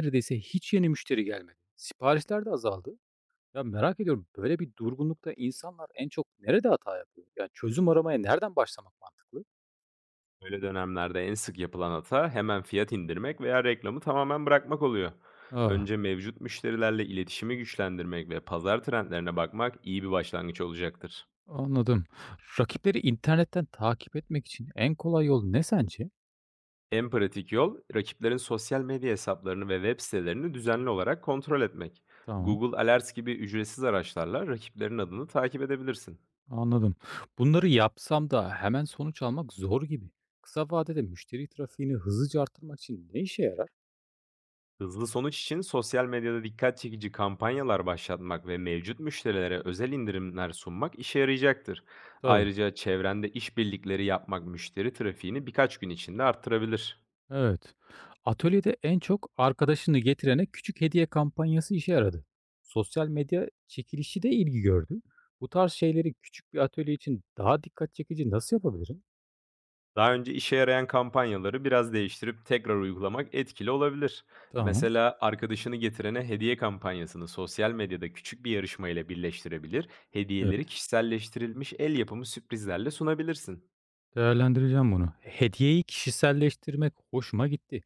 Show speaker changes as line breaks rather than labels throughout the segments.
Neredeyse hiç yeni müşteri gelmedi. Siparişler de azaldı. Ya merak ediyorum böyle bir durgunlukta insanlar en çok nerede hata yapıyor? Yani çözüm aramaya nereden başlamak mantıklı?
Böyle dönemlerde en sık yapılan hata hemen fiyat indirmek veya reklamı tamamen bırakmak oluyor.
Aa,
Önce mevcut müşterilerle iletişimi güçlendirmek ve pazar trendlerine bakmak iyi bir başlangıç olacaktır.
anladım. Rakipleri internetten takip etmek için en kolay yol ne sence?
En pratik yol rakiplerin sosyal medya hesaplarını ve web sitelerini düzenli olarak kontrol etmek.
Tamam,
Google Alerts gibi ücretsiz araçlarla rakiplerin adını takip edebilirsin.
anladım. Bunları yapsam da hemen sonuç almak zor gibi. Kısa vadede müşteri trafiğini hızlıca arttırmak için ne işe yarar?
Hızlı sonuç için sosyal medyada dikkat çekici kampanyalar başlatmak ve mevcut müşterilere özel indirimler sunmak işe yarayacaktır.
Tabii.
Ayrıca çevrende işbirlikleri yapmak müşteri trafiğini birkaç gün içinde arttırabilir.
Evet. Atölyede en çok arkadaşını getirene küçük hediye kampanyası işe yaradı. Sosyal medya çekilişi de ilgi gördü. Bu tarz şeyleri küçük bir atölye için daha dikkat çekici nasıl yapabilirim?
Daha önce işe yarayan kampanyaları biraz değiştirip tekrar uygulamak etkili olabilir.
Tamam.
Mesela arkadaşını getirene hediye kampanyasını sosyal medyada küçük bir yarışma ile birleştirebilir,
Evet.
hediyeleri kişiselleştirilmiş el yapımı sürprizlerle sunabilirsin.
Değerlendireceğim bunu. Hediyeyi kişiselleştirmek hoşuma gitti.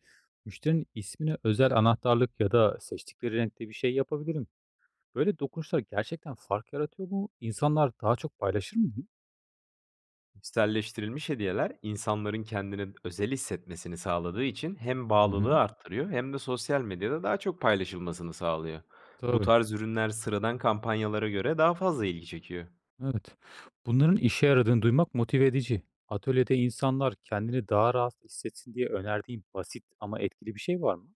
Müşterinin ismine özel anahtarlık ya da seçtikleri renkte bir şey yapabilirim. Böyle dokunuşlar gerçekten fark yaratıyor mu? İnsanlar daha çok paylaşır mı bunu?
Kişiselleştirilmiş hediyeler insanların kendini özel hissetmesini sağladığı için hem
Hı hı.
bağlılığı arttırıyor hem de sosyal medyada daha çok paylaşılmasını sağlıyor. Bu
Tabii.
tarz ürünler sıradan kampanyalara göre daha fazla ilgi çekiyor.
Evet. Bunların işe yaradığını duymak motive edici. Atölyede insanlar kendini daha rahat hissetsin diye önerdiğin basit ama etkili bir şey var mı?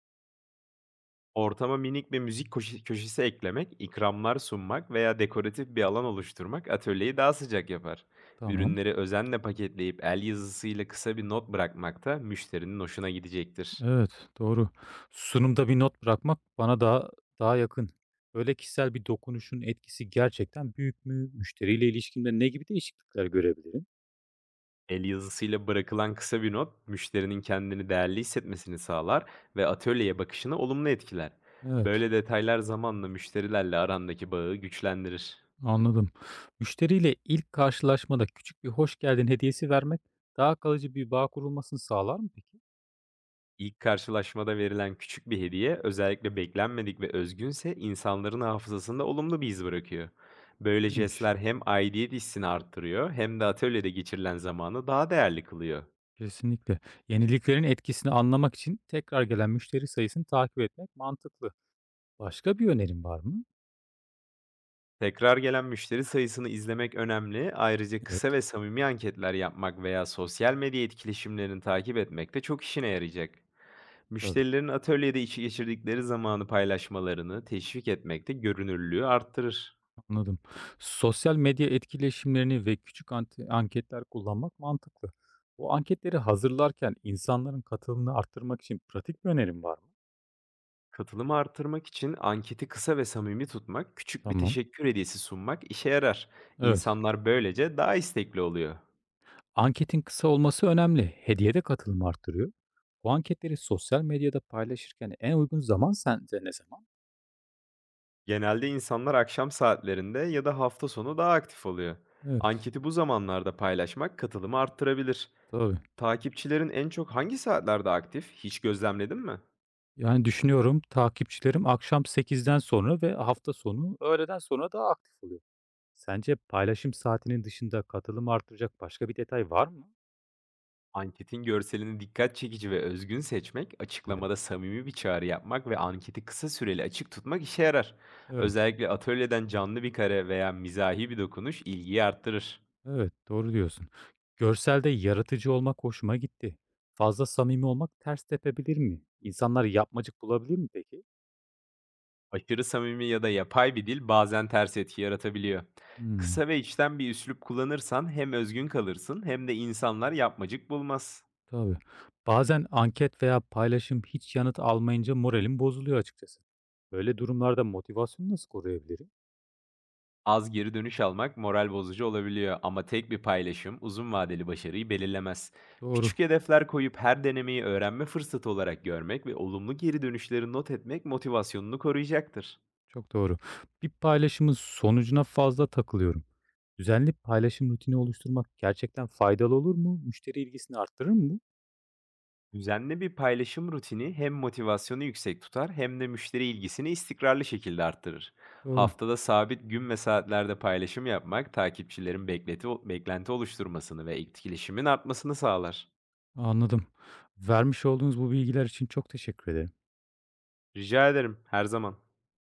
Ortama minik bir müzik köşesi eklemek, ikramlar sunmak veya dekoratif bir alan oluşturmak atölyeyi daha sıcak yapar.
Tamam.
Ürünleri özenle paketleyip el yazısıyla kısa bir not bırakmak da müşterinin hoşuna gidecektir.
Evet, doğru. Sunumda bir not bırakmak bana daha yakın. Böyle kişisel bir dokunuşun etkisi gerçekten büyük mü? Müşteriyle ilişkimde ne gibi değişiklikler görebilirim?
El yazısıyla bırakılan kısa bir not, müşterinin kendini değerli hissetmesini sağlar ve atölyeye bakışını olumlu etkiler.
Evet,
Böyle detaylar zamanla müşterilerle arandaki bağı güçlendirir.
anladım. Müşteriyle ilk karşılaşmada küçük bir hoş geldin hediyesi vermek daha kalıcı bir bağ kurulmasını sağlar mı peki?
İlk karşılaşmada verilen küçük bir hediye, özellikle beklenmedik ve özgünse insanların hafızasında olumlu bir iz bırakıyor. Böyle
İyiymiş.
jestler hem aidiyet hissini arttırıyor hem de atölyede geçirilen zamanı daha değerli kılıyor.
Kesinlikle. Yeniliklerin etkisini anlamak için tekrar gelen müşteri sayısını takip etmek mantıklı. Başka bir önerin var mı?
Tekrar gelen müşteri sayısını izlemek önemli. Ayrıca kısa
Evet,
ve samimi anketler yapmak veya sosyal medya etkileşimlerini takip etmek de çok işine yarayacak.
tabii.
Müşterilerin atölyede içi geçirdikleri zamanı paylaşmalarını teşvik etmek de görünürlüğü arttırır.
Anladım. Sosyal medya etkileşimlerini ve küçük anketler kullanmak mantıklı. Bu anketleri hazırlarken insanların katılımını arttırmak için pratik bir önerin var mı?
Katılımı arttırmak için anketi kısa ve samimi tutmak, küçük bir
Tamam.
teşekkür hediyesi sunmak işe yarar.
Evet.
İnsanlar böylece daha istekli oluyor.
Anketin kısa olması önemli. Hediye de katılımı arttırıyor. Bu anketleri sosyal medyada paylaşırken en uygun zaman sence ne zaman?
Genelde insanlar akşam saatlerinde ya da hafta sonu daha aktif oluyor.
Evet.
Anketi bu zamanlarda paylaşmak katılımı arttırabilir.
Tabii.
Takipçilerin en çok hangi saatlerde aktif? Hiç gözlemledin mi?
Yani, düşünüyorum, takipçilerim akşam 8'den sonra ve hafta sonu öğleden sonra daha aktif oluyor. Sence paylaşım saatinin dışında katılımı artıracak başka bir detay var mı?
Anketin görselini dikkat çekici ve özgün seçmek, açıklamada
Evet,
samimi bir çağrı yapmak ve anketi kısa süreli açık tutmak işe yarar.
evet,
Özellikle atölyeden canlı bir kare veya mizahi bir dokunuş ilgiyi arttırır.
evet, doğru diyorsun. Görselde yaratıcı olmak hoşuma gitti. Fazla samimi olmak ters tepebilir mi? İnsanlar yapmacık bulabilir mi peki?
Aşırı samimi ya da yapay bir dil bazen ters etki yaratabiliyor.
Hımm,
Kısa ve içten bir üslup kullanırsan hem özgün kalırsın hem de insanlar yapmacık bulmaz.
tabii. Bazen anket veya paylaşım hiç yanıt almayınca moralim bozuluyor açıkçası. Böyle durumlarda motivasyonu nasıl koruyabilirim?
Az geri dönüş almak moral bozucu olabiliyor ama tek bir paylaşım uzun vadeli başarıyı belirlemez.
Doğru.
Küçük hedefler koyup her denemeyi öğrenme fırsatı olarak görmek ve olumlu geri dönüşleri not etmek motivasyonunu koruyacaktır.
Çok doğru. Bir paylaşımın sonucuna fazla takılıyorum. Düzenli paylaşım rutini oluşturmak gerçekten faydalı olur mu? Müşteri ilgisini arttırır mı bu?
Düzenli bir paylaşım rutini hem motivasyonu yüksek tutar hem de müşteri ilgisini istikrarlı şekilde arttırır.
Doğru.
Haftada sabit gün ve saatlerde paylaşım yapmak takipçilerin beklenti oluşturmasını ve etkileşimin artmasını sağlar.
Anladım. Vermiş olduğunuz bu bilgiler için çok teşekkür ederim.
Rica ederim, her zaman.